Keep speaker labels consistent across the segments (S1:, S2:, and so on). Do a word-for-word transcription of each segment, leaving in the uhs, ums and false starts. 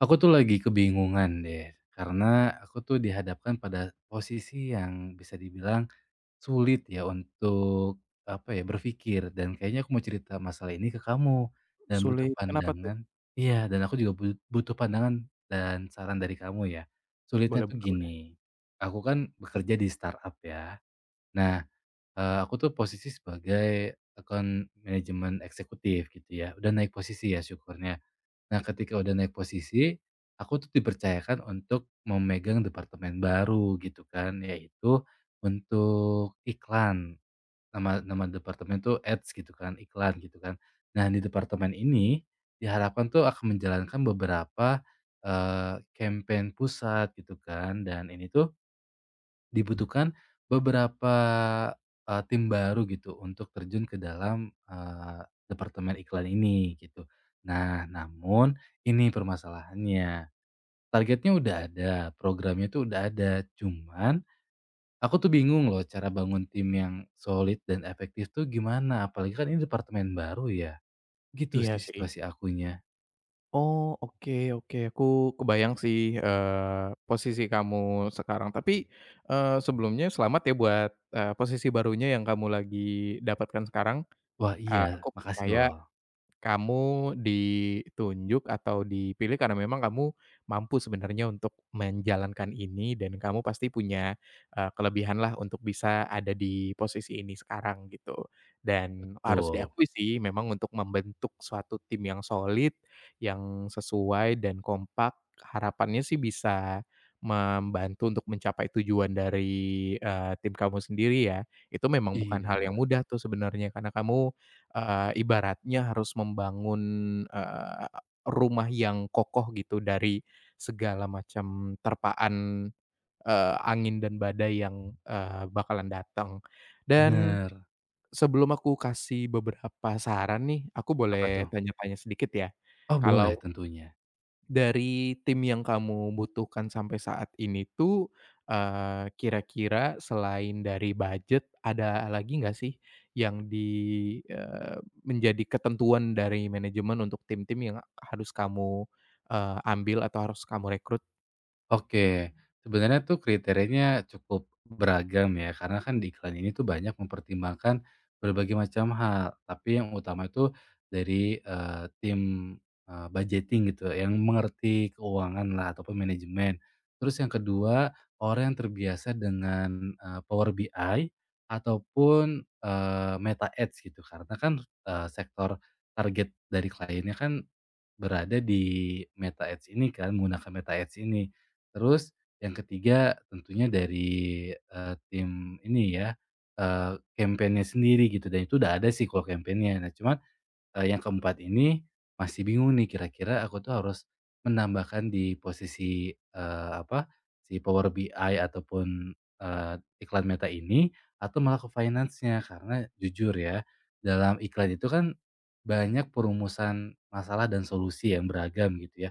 S1: Aku tuh lagi kebingungan deh, karena aku tuh dihadapkan pada posisi yang bisa dibilang sulit ya untuk apa ya berpikir dan kayaknya aku mau cerita masalah ini ke kamu dan butuh
S2: Sulit, kenapa tuh?
S1: pandangan. Iya, dan aku juga bu- butuh pandangan dan saran dari kamu ya. Sulitnya
S2: Boleh
S1: tuh
S2: boleh boleh.
S1: gini, aku kan bekerja di startup ya. Nah, eh, aku tuh posisi sebagai account manajemen eksekutif gitu ya. Udah naik posisi ya syukurnya. Nah, ketika udah naik posisi, aku tuh dipercayakan untuk memegang departemen baru gitu kan, yaitu untuk iklan. Nama nama departemen tuh ads gitu kan, iklan gitu kan. Nah, di departemen ini diharapkan tuh akan menjalankan beberapa, eee, campaign pusat gitu kan, dan ini tuh dibutuhkan beberapa, eee, tim baru gitu untuk terjun ke dalam, eee, departemen iklan ini gitu. Nah, namun ini permasalahannya, targetnya udah ada, programnya tuh udah ada, cuman aku tuh bingung loh cara bangun tim yang solid dan efektif tuh gimana, apalagi kan ini departemen baru ya. Gitu
S2: Iya
S1: sih
S2: sih.
S1: situasi akunya.
S2: Oh, oke oke, aku kebayang sih, eee, posisi kamu sekarang. Tapi, eee, sebelumnya selamat ya buat, eee, posisi barunya yang kamu lagi dapatkan sekarang.
S1: Wah iya,
S2: Eee, aku
S1: makasih
S2: percaya
S1: loh.
S2: kamu ditunjuk atau dipilih karena memang kamu mampu sebenarnya untuk menjalankan ini dan kamu pasti punya, eh, kelebihan lah untuk bisa ada di posisi ini sekarang gitu. Dan harus
S1: Betul.
S2: diakui sih memang untuk membentuk suatu tim yang solid, yang sesuai dan kompak, harapannya sih bisa membantu untuk mencapai tujuan dari, eee, tim kamu sendiri ya. Itu memang bukan
S1: Iya,
S2: hal yang mudah tuh sebenarnya karena kamu Eee, ibaratnya harus membangun, eee, rumah yang kokoh gitu dari segala macam terpaan, eee, angin dan badai yang, eee, bakalan datang. Dan
S1: bener.
S2: sebelum aku kasih beberapa saran nih, aku boleh
S1: Apa tuh?
S2: tanya-tanya sedikit ya?
S1: Oh
S2: Kalau
S1: boleh tentunya.
S2: dari tim yang kamu butuhkan sampai saat ini tuh, eee, kira-kira selain dari budget, ada lagi nggak sih yang di eee, menjadi ketentuan dari manajemen untuk tim-tim yang harus kamu, eee, ambil atau harus kamu rekrut?
S1: Oke, sebenarnya tuh kriterianya cukup beragam ya, karena kan di iklan ini tuh banyak mempertimbangkan berbagai macam hal, tapi yang utama itu dari, eee, tim, eee, budgeting gitu, yang mengerti keuangan lah ataupun manajemen. Terus yang kedua, orang yang terbiasa dengan, eee, Power B I ataupun, eee, Meta Ads gitu, karena kan, eee, sektor target dari kliennya kan berada di Meta Ads ini kan, menggunakan Meta Ads ini. Terus yang ketiga tentunya dari, eee, tim ini ya, eee, campaign-nya sendiri gitu dan itu udah ada sih kalau campaign-nya. Nah cuman Eee, yang keempat ini masih bingung nih kira-kira aku tuh harus menambahkan di posisi, eee, apa, si Power B I ataupun, eee, iklan Meta ini atau malah ke finance-nya. Karena jujur ya, dalam iklan itu kan banyak perumusan masalah dan solusi yang beragam gitu ya.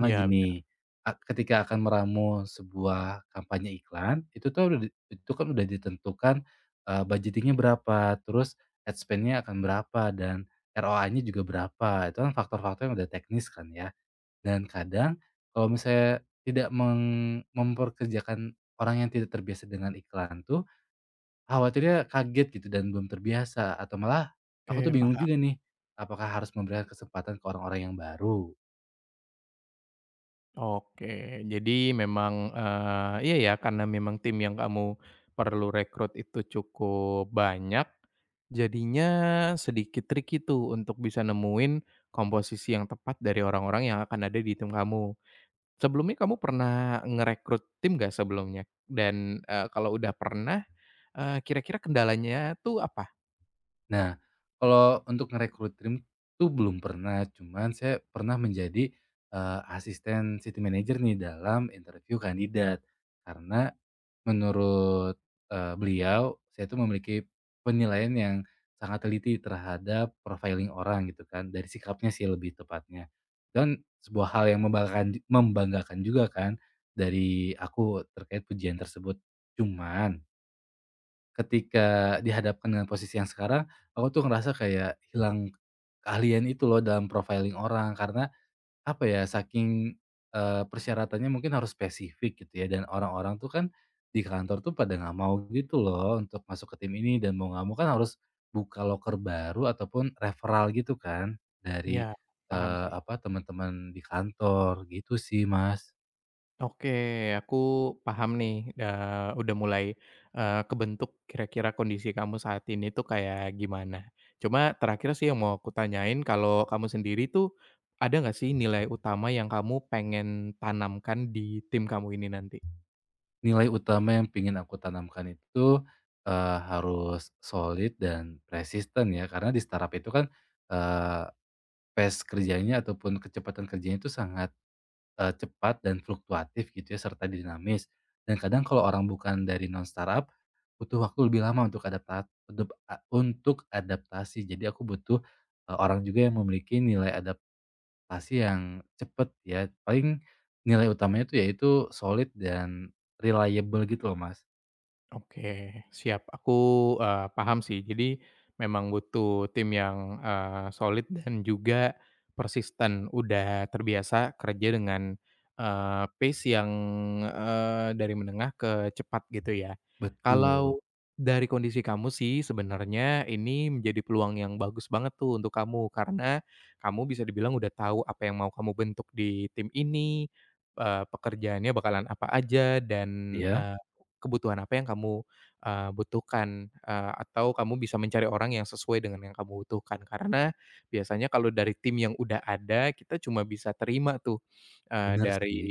S2: Iya, ya bener.
S1: gini, a ketika akan meramu sebuah kampanye iklan, itu tuh udah di itu kan udah ditentukan, eee, budgeting berapa, terus ad spend-nya akan berapa dan R O A-nya juga berapa, itu kan faktor-faktor yang udah teknis kan ya. Dan kadang kalau misalnya tidak meng memperkerjakan orang yang tidak terbiasa dengan iklan tuh, khawatirnya kaget gitu dan belum terbiasa atau malah aku tuh
S2: Oke,
S1: bingung
S2: paham.
S1: juga nih, apakah harus memberikan kesempatan ke orang-orang yang baru.
S2: Oke, jadi memang, eee, iya ya karena memang tim yang kamu perlu rekrut itu cukup banyak, jadinya sedikit tricky tuh untuk bisa nemuin komposisi yang tepat dari orang-orang yang akan ada di tim kamu. Sebelumnya kamu pernah ngerekrut tim nggak sebelumnya? Dan, eee, kalau udah pernah, eee, kira-kira kendalanya tuh apa?
S1: Nah, kalau untuk ngerekrut tim tuh belum pernah, cuman saya pernah menjadi, eee, asisten city manager nih dalam interview kandidat. Karena menurut, eee, beliau, saya itu memiliki penilaian yang sangat teliti terhadap profiling orang gitu kan, dari sikapnya sih lebih tepatnya. Dan sebuah hal yang membanggakan membanggakan juga kan dari aku terkait pujian tersebut. Cuman ketika dihadapkan dengan posisi yang sekarang, aku tuh ngerasa kayak hilang keahlian itu loh dalam profiling orang, karena apa ya, saking, eee, persyaratannya mungkin harus spesifik gitu ya, dan orang-orang tuh kan di kantor tuh pada nggak mau gitu loh untuk masuk ke tim ini dan mau nggak mau kan harus buka loker baru ataupun referral gitu kan dari,
S2: Ya, paham
S1: eee,
S2: sih.
S1: apa, teman-teman di kantor, gitu sih, Mas.
S2: Oke, aku paham nih, eee, udah mulai, eee, kebentuk kira-kira kondisi kamu saat ini tuh kayak gimana. Cuma terakhir sih yang mau aku tanyain kalau kamu sendiri tuh, ada nggak sih nilai utama yang kamu pengen tanamkan di tim kamu ini nanti?
S1: Nilai utama yang pengen aku tanamkan itu, eee, harus solid dan persisten ya, karena di startup itu kan, eee, pace kerjanya ataupun kecepatan kerjanya itu sangat Eee, cepat dan fluktuatif gitu ya, serta dinamis. Dan kadang kalau orang bukan dari non-startup, butuh waktu lebih lama untuk adapta untuk adaptasi. Jadi aku butuh, eee, orang juga yang memiliki nilai adaptasi yang cepet ya. Paling nilai utamanya itu yaitu solid dan reliable gitu loh, Mas.
S2: Oke, siap. Aku, eee, paham sih. Jadi memang butuh tim yang, eee, solid dan juga persisten. Udah terbiasa kerja dengan, eee, pace yang, eee, dari menengah ke cepat gitu ya.
S1: Betul.
S2: Kalau dari kondisi kamu sih sebenarnya ini menjadi peluang yang bagus banget tuh untuk kamu, karena kamu bisa dibilang udah tahu apa yang mau kamu bentuk di tim ini, eee, pekerjaannya bakalan apa aja dan,
S1: Iya,
S2: eh, kebutuhan apa yang kamu, eee, butuhkan, eee, atau kamu bisa mencari orang yang sesuai dengan yang kamu butuhkan. Karena biasanya kalau dari tim yang udah ada, kita cuma bisa terima tuh, eee,
S1: bener
S2: dari
S1: sih.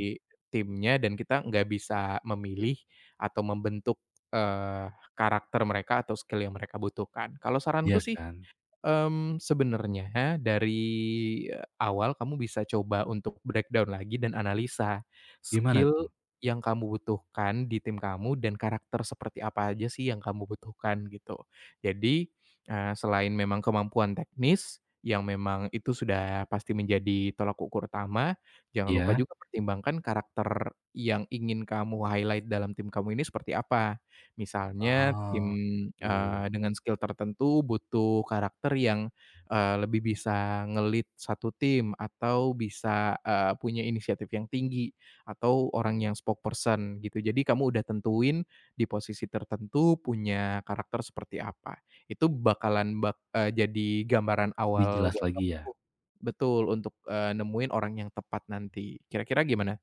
S2: timnya dan kita nggak bisa memilih atau membentuk, eee, karakter mereka atau skill yang mereka butuhkan. Kalau saranku
S1: Iya
S2: sih
S1: kan?
S2: Mmm, sebenarnya dari eh, awal kamu bisa coba untuk breakdown lagi dan analisa
S1: Gimana
S2: skill
S1: tuh?
S2: yang kamu butuhkan di tim kamu dan karakter seperti apa aja sih yang kamu butuhkan gitu. Jadi, eee, selain memang kemampuan teknis yang memang itu sudah pasti menjadi tolak ukur utama, jangan lupa
S1: Iya?
S2: juga pertimbangkan karakter yang ingin kamu highlight dalam tim kamu ini seperti apa. Misalnya tim,
S1: Oh,
S2: eee,
S1: gitu.
S2: dengan skill tertentu butuh karakter yang, eee, lebih bisa ngelit satu tim atau bisa, eee, punya inisiatif yang tinggi atau orang yang spokesperson gitu. Jadi kamu udah tentuin di posisi tertentu punya karakter seperti apa. Itu bakalan bak eee, jadi gambaran
S1: Lebih
S2: awal
S1: jelas
S2: buat kamu
S1: lagi ya?
S2: tuh betul, untuk, eee, nemuin orang yang tepat nanti. Kira-kira gimana?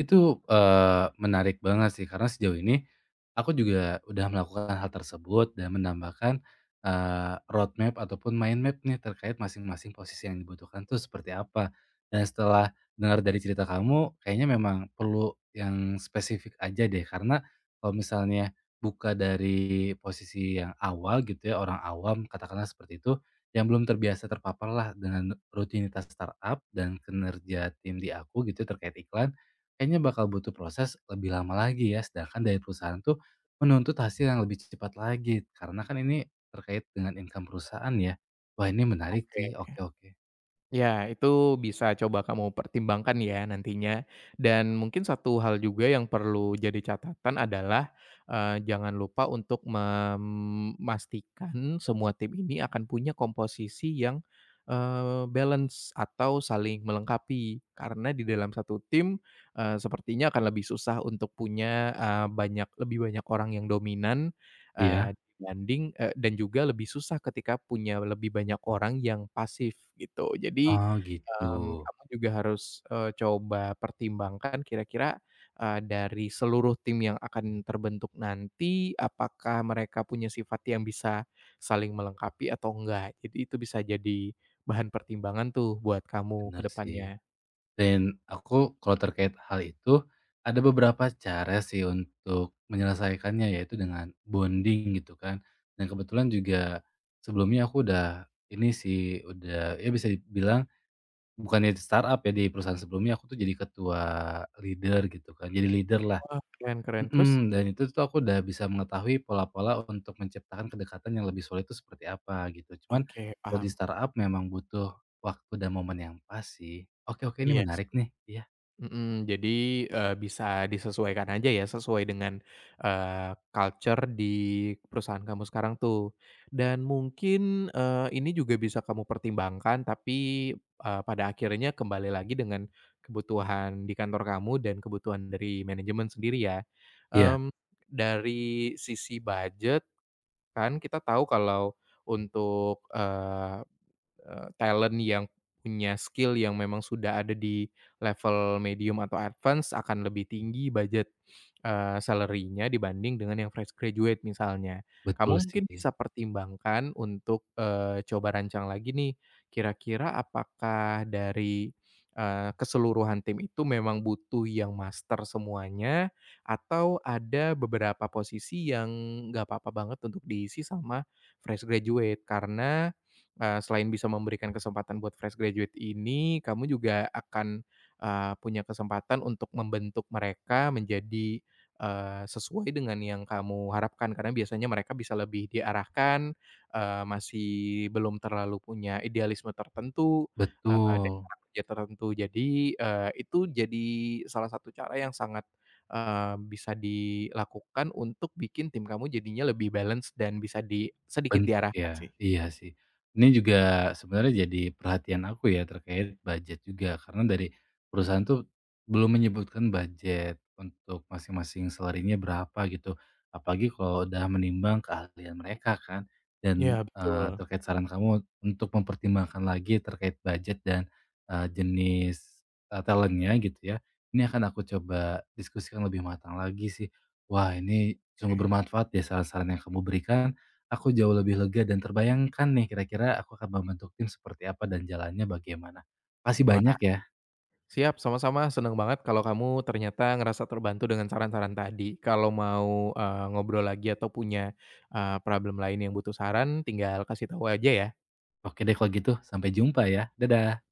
S1: Itu, eee, menarik banget sih karena sejauh ini, aku juga udah melakukan hal tersebut dan menambahkan, eee, road ataupun mind map nih terkait masing-masing posisi yang dibutuhkan tuh seperti apa. Dan setelah dengar dari cerita kamu kayaknya memang perlu yang spesifik aja deh karena kalau misalnya buka dari posisi yang awal gitu ya, orang awam katakanlah seperti itu, yang belum terbiasa terpapar lah dengan rutinitas startup dan kinerja tim di aku gitu terkait iklan, kayaknya bakal butuh proses lebih lama lagi ya, sedangkan dari perusahaan tuh menuntut hasil yang lebih cepat lagi, karena kan ini terkait dengan income perusahaan ya. Wah ini menarik sih,
S2: Oke.
S1: oke oke.
S2: Ya, itu bisa coba kamu pertimbangkan ya nantinya. Dan mungkin satu hal juga yang perlu jadi catatan adalah eh, jangan lupa untuk memastikan semua tim ini akan punya komposisi yang eh, balance atau saling melengkapi. Karena di dalam satu tim eh, sepertinya akan lebih susah untuk punya eh, banyak lebih banyak orang yang dominan Eee,
S1: Iya.
S2: dibanding eee, dan juga lebih susah ketika punya lebih banyak orang yang pasif gitu. Jadi,
S1: Oh gitu,
S2: mmm, kamu juga harus, eee, coba pertimbangkan kira-kira, eee, dari seluruh tim yang akan terbentuk nanti, apakah mereka punya sifat yang bisa saling melengkapi atau enggak. Jadi itu bisa jadi bahan pertimbangan tuh buat kamu ke
S1: bener sih.
S2: depannya.
S1: Dan aku kalau terkait hal itu, ada beberapa cara sih untuk menyelesaikannya, yaitu dengan bonding gitu kan. Dan kebetulan juga sebelumnya aku udah ini sih, udah ya bisa dibilang bukannya di startup ya, di perusahaan sebelumnya aku tuh jadi ketua leader gitu kan, jadi leader-lah.
S2: Wah, keren keren. Terus?
S1: Mhm, dan itu tuh aku udah bisa mengetahui pola-pola untuk menciptakan kedekatan yang lebih solid itu seperti apa gitu. Cuman
S2: Oke,
S1: kalau di
S2: paham.
S1: startup memang butuh waktu dan momen yang pas sih. Oke oke ini
S2: Yes.
S1: menarik nih. Iya.
S2: Mhm, jadi, eee, bisa disesuaikan aja ya, sesuai dengan, eee, culture di perusahaan kamu sekarang tuh. Dan mungkin, eee, ini juga bisa kamu pertimbangkan tapi, eee, pada akhirnya kembali lagi dengan kebutuhan di kantor kamu dan kebutuhan dari manajemen sendiri ya.
S1: Iya,
S2: Mmm, dari sisi budget kan kita tahu kalau untuk, eh, eee, talent yang punya skill yang memang sudah ada di level medium atau advance akan lebih tinggi budget, eee, salary-nya dibanding dengan yang fresh graduate misalnya.
S1: betul
S2: Kamu mungkin
S1: sih,
S2: bisa pertimbangkan untuk, eee, coba rancang lagi nih, kira-kira apakah dari, eee, keseluruhan tim itu memang butuh yang master semuanya, atau ada beberapa posisi yang nggak apa-apa banget untuk diisi sama fresh graduate? Karena, Eee, selain bisa memberikan kesempatan buat fresh graduate ini, kamu juga akan, eee, punya kesempatan untuk membentuk mereka menjadi, eee, sesuai dengan yang kamu harapkan. Karena biasanya mereka bisa lebih diarahkan, eee, masih belum terlalu punya idealisme tertentu, eee, dan
S1: betul.
S2: cara kerja tertentu. Jadi, eee, itu jadi salah satu cara yang sangat, eee, bisa dilakukan untuk bikin tim kamu jadinya lebih balance dan bisa di sedikit
S1: Bentuk
S2: diarahkan sih.
S1: ya? Iya sih. Ini juga sebenarnya jadi perhatian aku ya terkait budget juga, karena dari perusahaan tuh belum menyebutkan budget untuk masing-masing salary berapa gitu. Apalagi kalau udah menimbang keahlian mereka kan dan,
S2: Ya
S1: eee,
S2: betul.
S1: terkait saran kamu untuk mempertimbangkan lagi terkait budget dan, eee, jenis, eee, talent gitu ya. Ini akan aku coba diskusikan lebih matang lagi sih. Wah ini sungguh bermanfaat ya saran-saran yang kamu berikan. Aku jauh lebih lega dan terbayangkan nih kira-kira aku akan membentuk tim seperti apa dan jalannya bagaimana. Makasih
S2: Wah,
S1: banyak ya.
S2: siap, sama-sama seneng banget kalau kamu ternyata ngerasa terbantu dengan saran-saran tadi. Kalau mau, eee, ngobrol lagi atau punya, eee, problem lain yang butuh saran tinggal kasih tahu aja ya.
S1: Oke deh kalau gitu, sampai jumpa ya. Dadah.